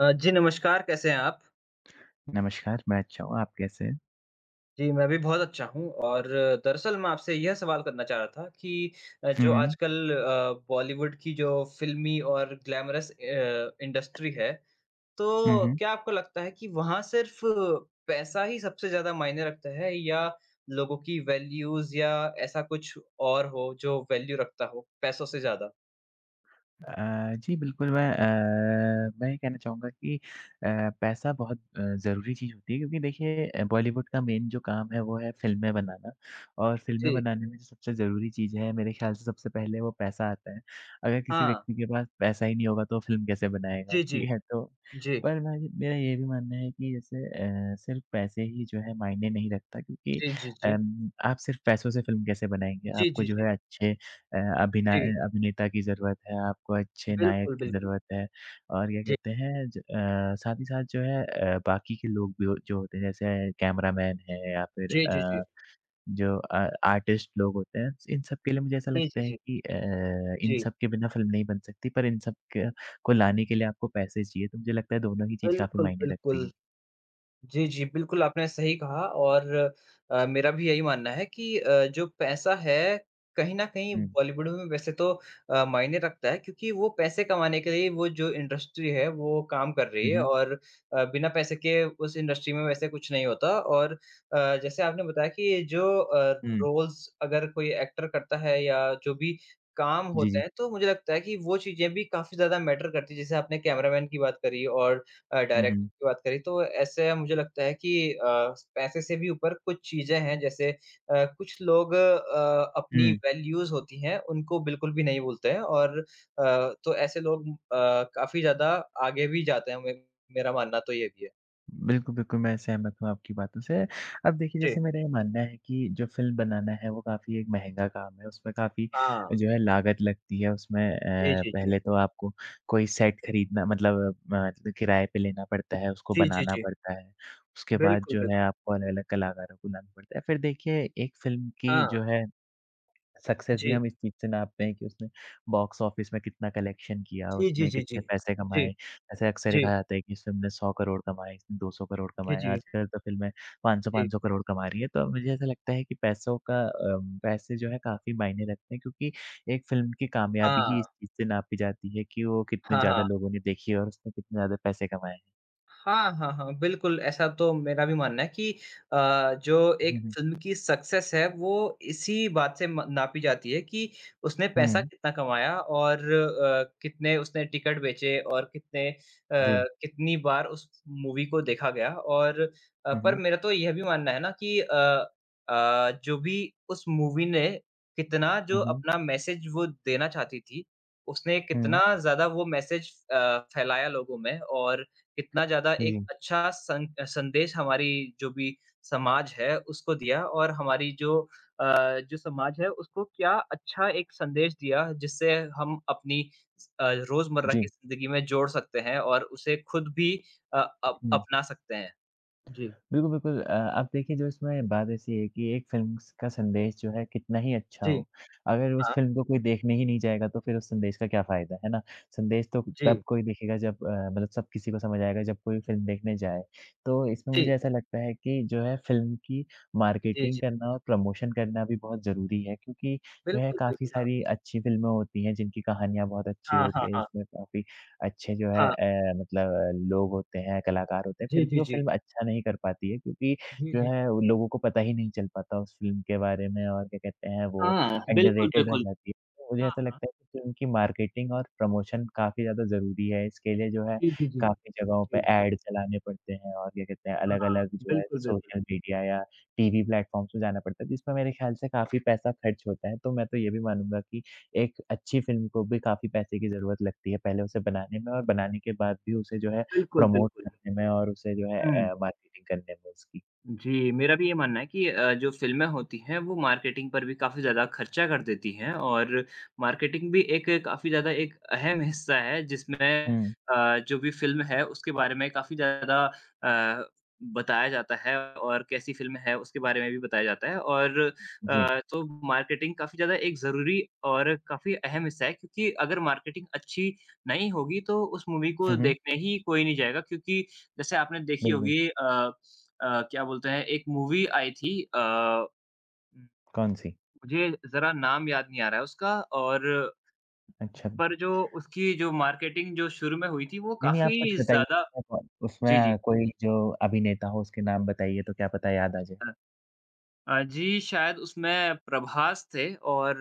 जी नमस्कार, कैसे हैं आप? नमस्कार, मैं अच्छा हूँ, आप कैसे हैं? जी, मैं भी बहुत अच्छा हूँ और दरअसल मैं आपसे यह सवाल करना चाह रहा था कि हुँ, जो हुँ। आजकल बॉलीवुड की जो फ़िल्मी और ग्लैमरस इंडस्ट्री है, हुँ, तो हुँ। क्या आपको लगता है कि वहाँ सिर्फ़ पैसा ही सबसे ज़्यादा मायने रखता है या लोगों की वैल्यूज़ या ऐसा कुछ और हो जो वैल्यू रखता हो पैसों से ज़्यादा? जी, बिल्कुल मैं ये कहना चाहूँगा कि पैसा बहुत ज़रूरी चीज़ होती है क्योंकि देखिए बॉलीवुड का मेन जो काम है वो है फ़िल्में बनाना और फ़िल्में जी, बनाने में जो सबसे ज़रूरी चीज़ है मेरे ख़्याल से सबसे पहले वो पैसा आता है। अगर किसी हाँ। व्यक्ति के पास पैसा ही नहीं होगा तो फ़िल्म कैसे बनाएगा, जी, जी। ठीक है? तो जी, पर मैं मेरा ये भी मानना है कि जैसे सिर्फ़ पैसे ही जो है मायने नहीं रखता क्योंकि जी, जी, जी। आप सिर्फ़ पैसों से फ़िल्म कैसे बनाएँगे? जी, आपको जी, जो जी। है अच्छे अ, जी, अभिनय अभिनेता की ज़रूरत है, आपको अच्छे नायक बिल्कुल, की बिल्कुल। ज़रूरत है और क्या जी। कहते हैं साथ ही साथ जो है बाकी के लोग भी हो जो होते हैं जैसे कैमरामैन है या फिर जी, जी, जी। जो आर्टिस्ट लोग होते हैं, इन सब के लिए मुझे ऐसा जी, लगता जी, है जी। कि इन जी, सब के बिना फ़िल्म नहीं बन सकती, पर इन सब क को लाने के लिए आपको पैसे चाहिए, तो मुझे लगता है दोनों ही चीज़ काफ़ी बिल्कुल, मायने बिल्कुल। रखती है। जी, जी, बिल्कुल आपने सही कहा और मेरा भी यही मानना है कि जो पैसा है, कहीं न कहीं हुँ। बॉलीवुड में वैसे तो मायने रखता है क्योंकि वो पैसे कमाने के लिए वो जो इंडस्ट्री है, वो काम कर रही हुँ, है हुँ। और बिना पैसे के उस इंडस्ट्री में वैसे कुछ नहीं होता और जैसे आपने बताया कि जो हुँ। रोल्स अगर कोई एक्टर करता है या जो भी काम जी, होते जी। हैं, तो मुझे लगता है कि वो चीज़ें भी काफ़ी ज़्यादा मैटर करती हैं। जैसे आपने कैमरामैन की बात करी और हुँ, डायरेक्टर हुँ। की बात करें तो ऐसे मुझे लगता है कि पैसे से भी ऊपर कुछ चीज़ें हैं जैसे कुछ लोग अपनी हुँ। वैल्यूज़ होती हैं उनको बिल्कुल भी नहीं भूलते हैं और तो ऐसे लोग काफ़ी ज़्यादा आगे भी जाते हैं मे मेरा मानना तो ये भी है। बिल्कुल, बिल्कुल, मैं सहमत हूँ आपकी बातों से। अब देखिए जी। जैसे मेरा ये मानना है कि जो फ़िल्म बनाना है वो काफ़ी एक महँगा काम है, उसमें काफ़ी हाँ। जो है लागत लगती है। उसमें जी, जी, जी। पहले तो आपको कोई सेट खरीदना मतलब किराए पे लेना पड़ता है, उसको जी, जी, बनाना जी। पड़ता है। उसके बाद बिल्कुल, जो है बिल्कुल। आपको अलग-अलग कलाकारों को लाना पड़ता है। फिर देखिए एक फ़िल्म की हाँ। जो है सक्सेस भी जी। हम इस चीज़ से नापते हैं कि उसने बॉक्स ऑफिस में कितना कलेक्शन किया, जी, जी, उसने जी, जी। कितने पैसे जी। कमाए। ऐसे अक्सर ही जी, कहा जाता है कि इस फ़िल्म ने 100 करोड़ कमाए, इसने 200 करोड़ जी, कमाए। जी, जी। आजकल तो फ़िल्में जी। 500-500 करोड़ कमा रही है, तो मुझे ऐसा लगता है कि पैसे जो है काफ़ी मायने रखते हैं क्योंकि एक फ़िल्म की कामयाबी हाँ। ही इस चीज़ से नापी जाती है कि वो कितने हाँ, ज़्यादा हाँ। लोगों ने देखी है और उसने कितने ज़्यादा पैसे कमाए हैं। हाँ, हाँ, हाँ, बिल्कुल, ऐसा तो मेरा भी मानना है कि जो हुँ, एक हुँ। फ़िल्म की सक्सेस है, वो इसी बात से म नापी जाती है कि उसने पैसा हुँ, कितना कमाया और कितने उसने टिकट बेचे और कितने जी। कितनी बार उस मूवी को देखा गया और हुँ, पर हुँ। मेरा तो यह भी मानना है ना कि जो भी उस मूवी ने कितना हुँ, जो हुँ। अपना मैसेज वो देना चाहती थी, उसने हुँ। कितना ज़्यादा वो मैसेज फैलाया लोगों में और कितना ज़्यादा एक जी, अच्छा सं संदेश हमारी जो भी समाज है उसको दिया और हमारी जो अ, जो समाज है उसको क्या अच्छा एक संदेश दिया जिससे हम अपनी रोज़मर्रा जी। की ज़िंदगी में जोड़ सकते हैं और उसे खुद भी अ, अप हुँ। अपना सकते हैं। जी, बिल्कुल, बिल्कुल। आप देखिए जो इसमें बात ऐसी है कि एक फ़िल्म स का संदेश जो है कितना ही अच्छा जी, हो, अगर उस हाँ, फ़िल्म को कोई देखने ही नहीं जाएगा तो फिर उस संदेश का क्या फ़ायदा, है ना? संदेश तो तब जी, कोई देखेगा जब मतलब सब किसी को समझ आएगा जब कोई फ़िल्म देखने जाए। तो इसमें मुझे जी, ऐसा लगता है कि जो है फ़िल्म की जी, मार्केटिंग जी। करना और प्रमोशन करना भी बहुत ज़रूरी है क्योंकि जो है बिल्कुल, काफ़ी बिल्कुल, हाँ। सारी अच्छी फ़िल्में होती हैं जिनकी कहानियाँ बहुत अच्छी हाँ, होती हाँ, हैं, हाँ, जिसमें काफ़ी अच्छे जो है हाँ। लोग होते हैं, कलाकार होते हैं, फिर जी, भी जी, वो जी। फ़िल्म अच्छा नहीं कर पाती है क्योंकि जी, जो जी। है वो लोगों को पता ही नहीं चल पाता उस फ़िल्म के बारे में और क्या कहते हैं वो हाँ, बिल्कुल, अंडररेटेड रह बिल्कुल। जाती है। तो मुझे हाँ, ऐसा हाँ। लगता है कि फ़िल्म की मार्केटिंग और प्रमोशन काफ़ी ज़्यादा ज़रूरी है, इसके लिए जो है जी, जी, जी। काफ़ी जगहों पे जी। ऐड चलाने पड़ते हैं और क्या कहते हैं हाँ, अलग-अलग जो है बिल्कुल, बिल्कुल। सोशल मीडिया या टीवी प्लेटफ़ॉर्म्स पे जाना पड़ता है, जिसमें मेरे ख़्याल से काफ़ी पैसा खर्च होता है। तो मैं तो ये भी मानूँगा कि एक अच्छी फ़िल्म को भी काफ़ी पैसे की ज़रूरत लगती है, पहले उसे बनाने में और बनाने के बाद भी उसे जो है बिल्कुल, प्रमोट बिल्कुल। करने में और उसे जो है हुँ। मार्केटिंग करने में उसकी। जी, मेरा भी ये मानना है कि जो फ़िल्में होती हैं वो मार्केटिंग पर भी काफ़ी ज़्यादा खर्चा कर देती हैं और मार्केटिंग भी एक काफ़ी ज़्यादा एक अहम हिस्सा है जिसमें हुँ, जो भी फ़िल्म है उसके बारे में काफ़ी ज़्यादा अ, बताया जाता है और कैसी फ़िल्म है उसके बारे में भी बताया जाता है और जी। तो मार्केटिंग काफ़ी ज़्यादा एक ज़रूरी और काफ़ी अहम हिस्सा है क्योंकि अगर मार्केटिंग अच्छी नहीं होगी तो उस मूवी को हुँ, हुँ, देखने ही कोई नहीं जाएगा क्योंकि जैसे आपने देखी बिल्कुल। होगी क्या बोलते हैं एक मूवी आई थी कौन-सी? मुझे ज़रा नाम याद नहीं आ रहा है उसका और अच्छा। पर जो उसकी जो मार्केटिंग जो शुरू में हुई थी वो नहीं, नहीं आप कुछ काफ़ी बताइए ज़्यादा उसमें जी, जी। कोई जो अभिनेता हो उसके नाम बताइए तो क्या पता याद आ जाए। जी, शायद उसमें प्रभास थे और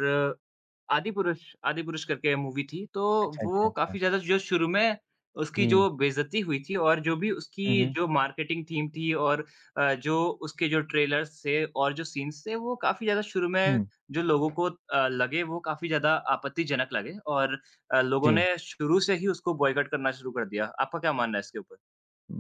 आदिपुरुष आदिपुरुष करके मूवी थी, तो अच्छा, अच्छा, वो अच्छा। काफ़ी ज़्यादा जो शुरू में उसकी जी। जो बेइज़्ज़ती हुई थी और जो भी उसकी हुँ, हुँ। जो मार्केटिंग थीम थी और जो उसके जो ट्रेलर्स थे और जो सीन्स थे, वो काफ़ी ज़्यादा शुरू में हुँ, जो लोगों को लगे वो काफ़ी ज़्यादा आपत्तिजनक लगे और लोगों जी। ने शुरू से ही उसको बॉयकॉट करना शुरू कर दिया। आपका क्या मानना है इसके ऊपर?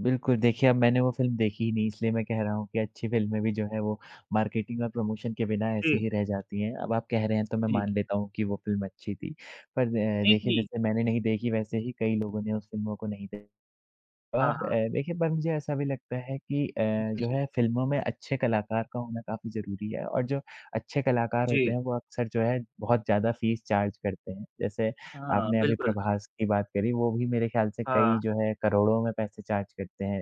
बिल्कुल, देखिए अब मैंने वो फ़िल्म देखी ही नहीं इसलिए मैं कह रहा हूँ कि अच्छी फ़िल्में भी जो है वो मार्केटिंग और प्रमोशन के बिना ऐसे जी, ही रह जाती हैं। अब आप कह रहे हैं तो मैं जी। मान लेता हूँ कि वो फ़िल्म अच्छी थी। पर नहीं देखिए थी। जैसे मैंने नहीं देखी वैसे ही कई लोगों ने उस फ़िल्मों को नहीं दे तो हाँ, आप हाँ। देखिए पर मुझे ऐसा भी लगता है कि जी, जो जी। है फ़िल्मों में अच्छे कलाकार का होना काफ़ी ज़रूरी है और जो अच्छे कलाकार होते जी। हैं वो अक्सर जो है बहुत ज़्यादा फ़ीस चार्ज करते हैं। जैसे हाँ, आपने अभी बिल्कुल। प्रभास की बात करी, वो भी मेरे ख़्याल से कई हाँ। जो है करोड़ों में पैसे चार्ज करते हैं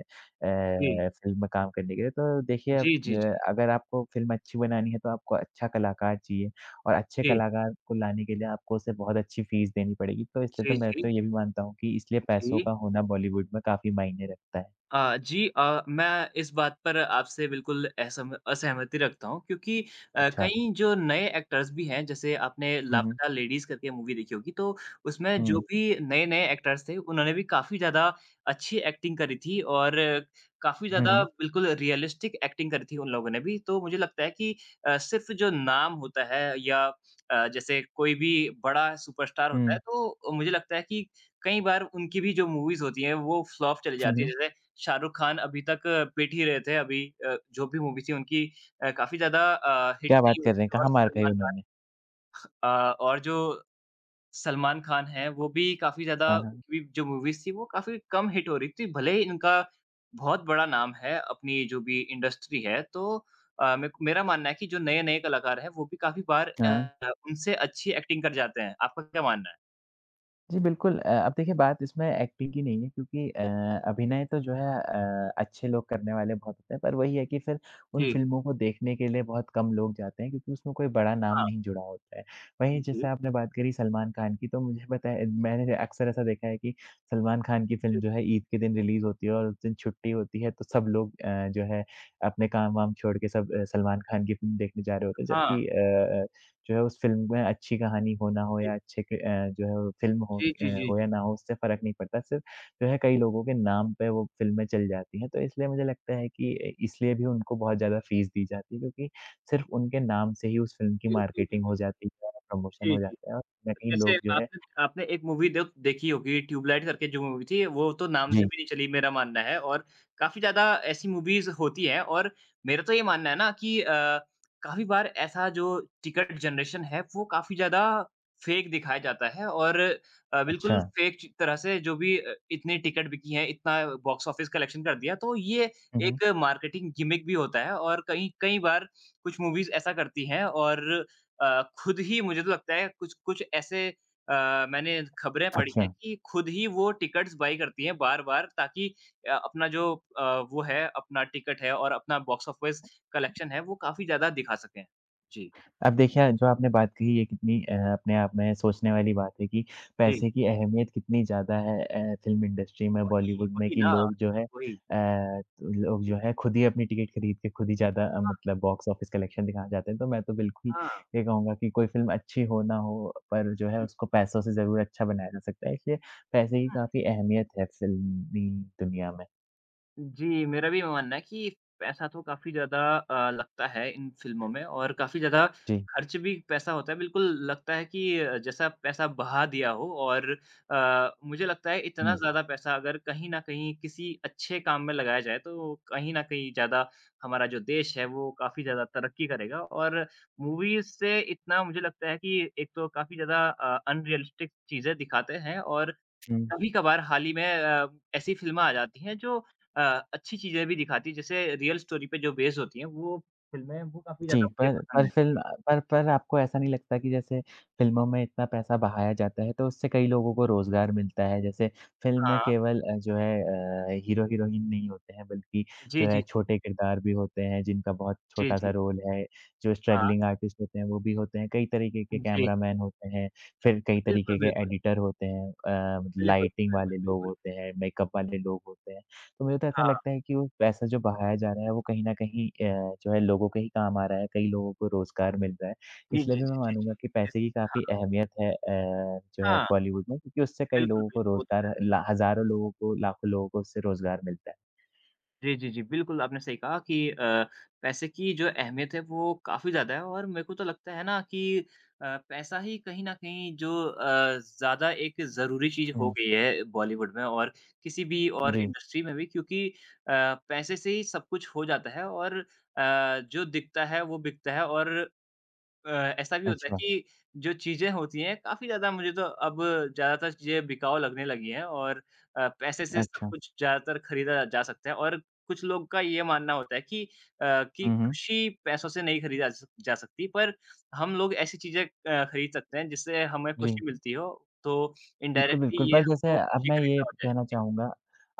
जी। फ़िल्म में काम करने के लिए। तो देखिए अब जी, जी, जी। अगर आपको फ़िल्म अच्छी बनानी है तो आपको अच्छा कलाकार चाहिए। और अच्छे कलाकार को लाने के लिए आपको उसे बहुत अच्छी फ़ीस देनी पड़ेगी। तो इसलिए तो जी, जी, मैं तो जी। ये भी मानता हूँ कि इसलिए पैसों का जी। होना बॉलीवुड में काफ़ी मायने रखता है। जी, मैं इस बात पर आपसे बिल्कुल असहमति रखता हूँ क्योंकि अच्छा। कई जो नए एक्टर्स भी हैं, जैसे आपने हुँ, हुँ। लापता लेडीज़ करके मूवी देखी होगी, तो उसमें जो हुँ। भी नए-नए एक्टर्स थे, उन्होंने भी काफ़ी ज़्यादा अच्छी एक्टिंग करी थी और काफ़ी हुँ, ज़्यादा हुँ। बिल्कुल रियलिस्टिक एक्टिंग करी थी उन लोगों ने भी। तो मुझे लगता है कि सिर्फ़ जो नाम होता है या जैसे कोई भी बड़ा सुपरस्टार होता हुँ। है, तो मुझे लगता है कि कई बार उनकी भी जो मूवीज़ होती हैं, वो फ्लॉप चली हुँ, जाती हुँ। है। जैसे शाहरुख खान अभी तक पिट ही रहे थे, अभी जो भी मूवी थी उनकी काफ़ी ज़्यादा हिट क्या बात नहीं हो कर रही रहे हैं? थी और कहाँ मार खाई सलमान खान उन्होंने? और जो सलमान खान हैं, वो भी काफ़ी ज़्यादा हाँ, हाँ। उनकी भी जो मूवीज़ थी, वो काफ़ी कम हिट हो रही थी, भले ही इनका बहुत बड़ा नाम है, अपनी जो भी इंडस्ट्री है, तो मे मेरा मानना है कि जो नए-नए कलाकार हैं, वो भी काफ़ी बार हाँ। उनसे अच्छी एक्टिंग कर जाते हैं, आपका क्या मानना है? जी, बिल्कुल अब देखिए बात इसमें एक्टिंग की नहीं है क्योंकि अभिनय तो जो है अच्छे लोग करने वाले बहुत होते हैं, पर वही है कि फिर उन जी। फ़िल्मों को देखने के लिए बहुत कम लोग जाते हैं क्योंकि उसमें कोई बड़ा नाम हाँ। नहीं जुड़ा होता है। वहीं जैसे जी, आपने बात करी सलमान खान की तो मुझे पता है मैंने अक्सर ऐसा देखा है कि सलमान खान की फ़िल्म जी। जो है ईद के दिन रिलीज़ होती है और उस दिन छुट्टी होती है तो सब लोग जो है अपने काम-वाम छोड़ के सब सलमान खान की फ़िल्म देखने जा रहे होते हैं हाँ। जबकि जो है उस फ़िल्म में अच्छी कहानी हो, ना हो जी। या अच्छे जो है फ़िल्म हो जी, जी, जी, हो जी। या ना हो उससे फ़र्क नहीं पड़ता। सिर्फ़ जो है कई जी, लोगों के नाम पे वो फ़िल्में चल जाती हैं, तो इसलिए मुझे लगता है कि इसलिए भी उनको बहुत ज़्यादा फ़ीस दी जाती है क्योंकि सिर्फ़ उनके नाम से ही उस फ़िल्म की बिल्कुल, मार्केटिंग हो बिल्कुल। जाती है, प्रमोशन जी, हो जी। जाता है और कहीं ना कहीं जैसे लोग जो है आपने आपने एक मूवी देखी होगी ट्यूबलाइट करके जो मूवी थी, वो तो नाम से जी, भी नहीं चली मेरा मानना है और काफ़ी ज़्यादा ऐसी मूवीज़ होती हैं और मेरा तो ये मानना है ना कि काफ़ी बार ऐसा जो टिकट जनरेशन है वो काफ़ी ज़्यादा फेक दिखाया जाता है और बिल्कुल अच्छा। फेक च तरह से जो भी इतनी टिकट बिकी हैं, इतना बॉक्स ऑफिस कलेक्शन कर दिया, तो ये हुँ, हुँ। एक मार्केटिंग गिमिक भी होता है और कहीं कई बार कुछ मूवीज़ ऐसा करती हैं और खुद ही मुझे तो लगता है कुछ कुछ ऐसे अ, मैंने खबरें पढ़ी हैं अच्छा। कि खुद ही वो टिकट्स बाय करती हैं बार-बार ताकि अपना जो वो है अपना टिकट है और अपना बॉक्स ऑफिस कलेक्शन है वो काफ़ी ज़्यादा दिखा सकें। जी, अब देखिए, जो आपने बात कही ये कितनी अपने आप में सोचने वाली बात है कि जी। पैसे की अहमियत कितनी ज़्यादा है फ़िल्म इंडस्ट्री में, वही, बॉलीवुड में वही कि ना, लोग जो है वही। तो लोग जी। जो है खुद ही अपनी टिकट खरीद के खुद ही ज़्यादा हाँ, मतलब बॉक्स ऑफ़िस कलेक्शन दिखाना चाहते हैं। तो मैं तो बिल्कुल हाँ। ये कहूँगा कि कोई फ़िल्म अच्छी हो ना हो, पर जो है उसको पैसों से ज़रूर अच्छा बनाया जा सकता है। इसलिए पैसे की काफ़ी अहमियत है फ़िल्मी दुनिया में। जी, मेरा भी मानना है कि पैसा तो काफ़ी ज़्यादा लगता है इन फ़िल्मों में और काफ़ी ज़्यादा जी। खर्च भी पैसा होता है। बिल्कुल लगता है कि जैसा पैसा बहा दिया हो और मुझे लगता है इतना हुँ, ज़्यादा पैसा अगर कहीं न कहीं किसी अच्छे काम में लगाया जाए तो कहीं न कहीं ज़्यादा हमारा जो देश है वो काफ़ी ज़्यादा तरक्की करेगा और मूवीज़ से इतना मुझे लगता है कि एक तो काफ़ी ज़्यादा अनरियलिस्टिक चीज़ें दिखाते हैं और हुँ। कभी-कभार हाल ही में ऐसी फ़िल्में आ जाती हैं जो अ, अच्छी चीज़ें भी दिखाती हैं, जैसे रियल स्टोरी पे जो बेस्ड होती हैं, वो फ़िल्में वो काफ़ी जी, ज़्यादा मुझे पसंद पर हैं। फ़िल्म जी। पर आपको ऐसा नहीं लगता कि जैसे फ़िल्मों में इतना पैसा बहाया जाता है, तो उससे कई लोगों को रोज़गार मिलता है? जैसे फ़िल्म में हाँ। केवल जो है हीरो-हीरोइन नहीं होते हैं, बल्कि जो जी, है जी, जी। छोटे किरदार भी होते हैं, जिनका बहुत जी, छोटा-सा जी। रोल है। जो हाँ। स्ट्रगलिंग आर्टिस्ट होते हैं, वो भी होते हैं। कई तरीके के जी। कैमरामैन होते हैं, फिर कई तरीके बिल्कुल, के बिल्कुल। एडिटर होते हैं, बिल्कुल, लाइटिंग बिल्कुल, वाले लोग बिल्कुल। होते हैं, मेकअप वाले लोग होते हैं। तो मुझे तो ऐसा हाँ। लगता है कि वो पैसा जो बहाया जा रहा है वो कहीं न कहीं जो है लोगों के ही काम आ रहा है, कई लोगों को रोज़गार मिल रहा है। जी, इसलिए जी, भी मैं जी, जी, मानूँगा जी। कि पैसे इस की काफ़ी हाँ। अहमियत है जो है हाँ, बॉलीवुड में क्योंकि उससे कई बिल्कुल, लोगों को बिल्कुल। वो तो रोज़गार ला हज़ारों लोगों को, लाखों लोगों को उससे रोज़गार मिलता है। जी, जी, जी। बिल्कुल, आपने सही कहा कि पैसे की जो अहमियत है वो काफ़ी ज़्यादा है और मेरे को तो लगता है ना कि पैसा ही कहीं न कहीं जो ज़्यादा एक ज़रूरी चीज़ हो हुँ, गई है बॉलीवुड में और किसी भी और जी। इंडस्ट्री में भी क्योंकि पैसे से ही सब कुछ हो जाता है और जो दिखता है वो बिकता है और अ, ऐसा भी होता है अच्छा, कि जो चीज़ें होती हैं काफ़ी ज़्यादा मुझे तो अब ज़्यादातर चीज़ें बिकाऊ लगने लगी हैं और पैसे से सब अच्छा। कुछ ज़्यादातर खरीदा जा सकता है और कुछ लोग का ये मानना होता है कि कि हुँ, हुँ। खुशी पैसों से नहीं खरीदा जा सकती पर हम लोग ऐसी चीज़ें खरीद सकते हैं जिससे हमें जी। खुशी मिलती हो, तो बिल्कुल, इनडायरेक्टली बिल्कुल। ये पर जैसे हमको अब खुशी मैं ये खरीदना हो जाए। कहना जी, चाहूँगा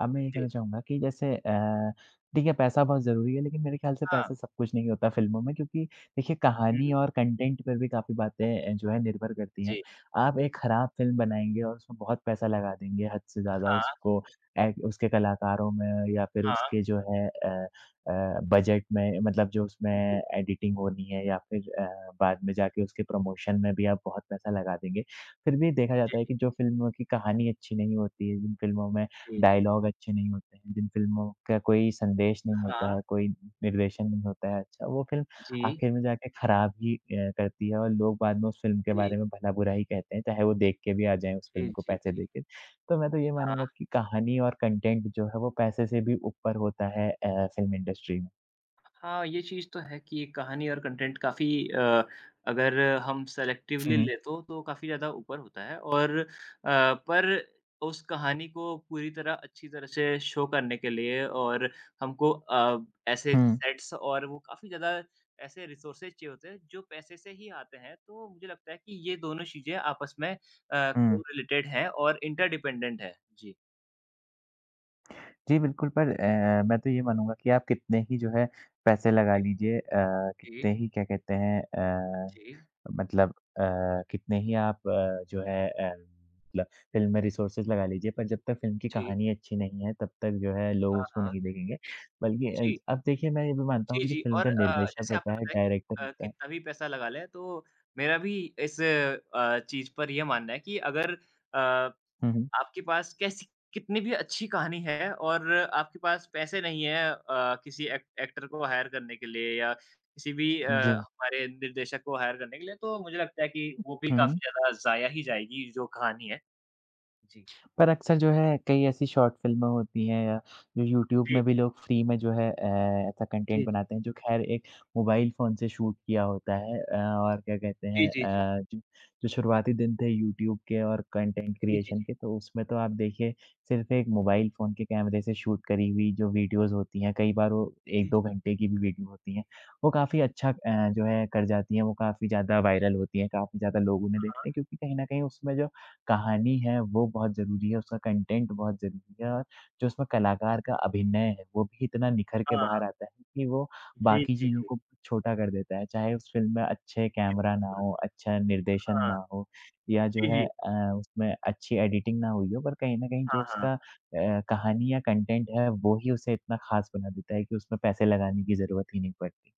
अब मैं ये कहना जी। चाहूँगा कि जैसे ठीक है पैसा बहुत ज़रूरी है, लेकिन मेरे ख़्याल से हाँ। पैसा सब कुछ नहीं होता फ़िल्मों में क्योंकि देखिए कहानी हुँ। और कंटेंट पर भी काफ़ी बातें जो है निर्भर करती हैं। जी। आप एक ख़राब फ़िल्म बनाएँगे और उसमें बहुत पैसा लगा देंगे हद से ज़्यादा हाँ, उसको ए उसके कलाकारों में या फिर हाँ। उसके जो है अ, बजट में मतलब जो उसमें जी, एडिटिंग होनी है या फिर बाद में जाके उसके प्रमोशन में भी आप बहुत पैसा लगा देंगे। फिर भी देखा जी, जाता है कि जो फ़िल्मों की कहानी अच्छी नहीं होती है, जिन फ़िल्मों में जी, जी। डायलॉग अच्छे नहीं होते हैं, जिन फ़िल्मों का कोई संदेश नहीं होता हाँ। है, कोई निर्देशन नहीं होता है अच्छा, वो फ़िल्म जी, आखिर में जाके खराब ही करती है और लोग बाद में उस फ़िल्म के जी, बारे में भला-बुरा ही कहते हैं, चाहे वो देख के भी आ जाएँ उस जी, फ़िल्म को जी, पैसे जी। देके। तो मैं तो ये मानूँगा हाँ। कि कहानी और कंटेंट जो है वो पैसे से भी ऊपर होता है फ़िल्म इंडस्ट्री में। हाँ, ये चीज़ तो है कि कहानी और कंटेंट काफ़ी अगर हम हुँ, सेलेक्टिवली हुँ। लें तो काफ़ी ज़्यादा ऊपर होता है और पर उस कहानी को पूरी तरह अच्छी तरह से शो करने के लिए और हमको ऐसे हुँ, सेट्स और वो काफ़ी ज़्यादा ऐसे रिसोर्सेज़ चाहिए होते हैं, जो पैसे से ही आते हैं। तो मुझे लगता है कि ये दोनों चीज़ें आपस में हुँ। कोरिलेटेड हैं और इंटरडिपेंडेंट हैं। जी। जी, बिल्कुल पर मैं तो ये मानूँगा कि आप कितने ही जो है पैसे लगा लीजिए कितने जी, ही क्या कहते हैं जी, जी, मतलब कितने ही आप जो है मतलब फ़िल्म में रिसोर्सेज़ लगा लीजिए पर जब तक फ़िल्म की जी। कहानी अच्छी नहीं है तब तक जो है लोग हाँ, उसको हाँ। नहीं देखेंगे। बल्कि जी। अब देखिए मैं ये भी मानता हूँ जी, कि जो जी फ़िल्म का और निर्देशक जैसे होता आपने है, बताया कि डायरेक्टर होता है कितना भी पैसा लगा लें, तो मेरा भी इस चीज़ पर ये मानना है कि अगर अ, हुँ, हुँ। आपके पास कैसी कितनी भी अच्छी कहानी है और आपके पास पैसे नहीं है किसी एक्टर को हायर करने के लिए या किसी भी जी। हमारे निर्देशक को हायर करने के लिए, तो मुझे लगता है कि वो भी हुँ, हुँ। काफ़ी ज़्यादा ज़ाया ही जाएगी जो कहानी है। जी। पर अक्सर जो है कई ऐसी शॉर्ट फ़िल्में होती हैं या जो यूट्यूब जी। में भी लोग फ्री में जो है ऐसा कंटेंट जी, जी। बनाते हैं जो ख़ैर एक मोबाइल फ़ोन से शूट किया होता है और क्या कहते जी, हैं जी, जी। अ, जो जो शुरुआती दिन थे यूट्यूब के और कंटेंट जी, जी, क्रिएशन जी। के तो उसमें तो आप देखिए सिर्फ़ एक मोबाइल फ़ोन के कैमरे से शूट करी हुई जो वीडियोज़ होती हैं कई बार वो 1-2 घंटे की भी वीडियो होती हैं, जी, वो काफ़ी अच्छा जो है कर जाती हैं, वो काफ़ी ज़्यादा वायरल होती हैं, काफ़ी ज़्यादा लोग उन्हें देखते हैं क्योंकि कहीं न कहीं उसमें जो कहानी है वो बहुत ज़रूरी है, उसका कंटेंट बहुत ज़रूरी है और जो उसमें कलाकार का अभिनय है, वो भी इतना निखर के हाँ, हाँ। बाहर आता है कि वो जी, बाकी जी, चीज़ों जी। को छोटा कर देता है। चाहे उस फ़िल्म में अच्छे जी, कैमरा ना बिल्कुल। हो, अच्छा निर्देशन हाँ। ना हो या जो जी, है जी। उसमें अच्छी एडिटिंग ना हुई हो, पर कहीं न कहीं जो हाँ, हाँ। उसका कहानी या कंटेंट है, वो ही उसे इतना ख़ास बना देता है कि उसमें पैसे लगाने की ज़रूरत ही नहीं पड़ती।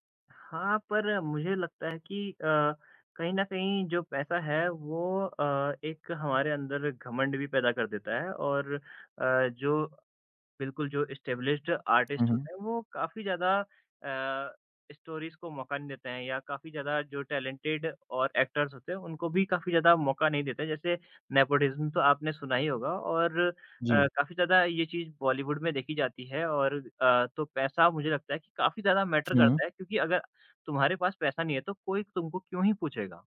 हाँ, पर मुझे लगता है कि कहीं न कहीं जो पैसा है वो एक हमारे अंदर घमंड भी पैदा कर देता है और जो बिल्कुल, जो एस्टेब्लिश्ड हुँ, आर्टिस्ट हुँ। होते हैं, वो काफ़ी ज़्यादा अ, स्टोरीज़ को मौका नहीं देते हैं या काफ़ी ज़्यादा जो टैलेंटेड और एक्टर्स होते हैं, उनको भी काफ़ी ज़्यादा मौका नहीं देते हैं। जैसे नेपोटिज़्म तो आपने सुना ही होगा और जी। काफ़ी ज़्यादा ये चीज़ बॉलीवुड में देखी जाती है और तो पैसा मुझे लगता है कि काफ़ी ज़्यादा मैटर हुँ, करता है क्योंकि अगर तुम्हारे पास पैसा नहीं है, तो कोई तुमको क्यों ही पूछेगा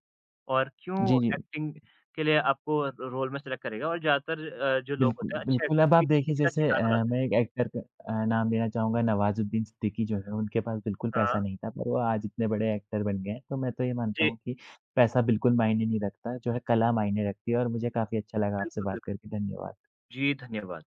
और क्यों जी, जी। एक्टिंग के लिए आपको रोल में सेलेक्ट करेगा और ज़्यादातर जो लोग बिल्कुल, होते हैं, अच्छे बिल्कुल, एक्टर अब आप भी इस देखिए चीज़ का जैसे शिकार हो जाते हैं। मैं एक एक्टर का नाम लेना चाहूँगा नवाज़ुद्दीन सिद्दीकी जो है उनके पास बिल्कुल पैसा हाँ, नहीं था, पर वो आज इतने बड़े एक्टर बन गए हैं। तो मैं तो ये मानता जी, हूँ कि पैसा बिल्कुल मायने नहीं रखता, जो है कला मायने रखती है और मुझे काफ़ी अच्छा लगा आपसे बिल्कुल, बात बिल्कुल। करके, धन्यवाद। जी, धन्यवाद।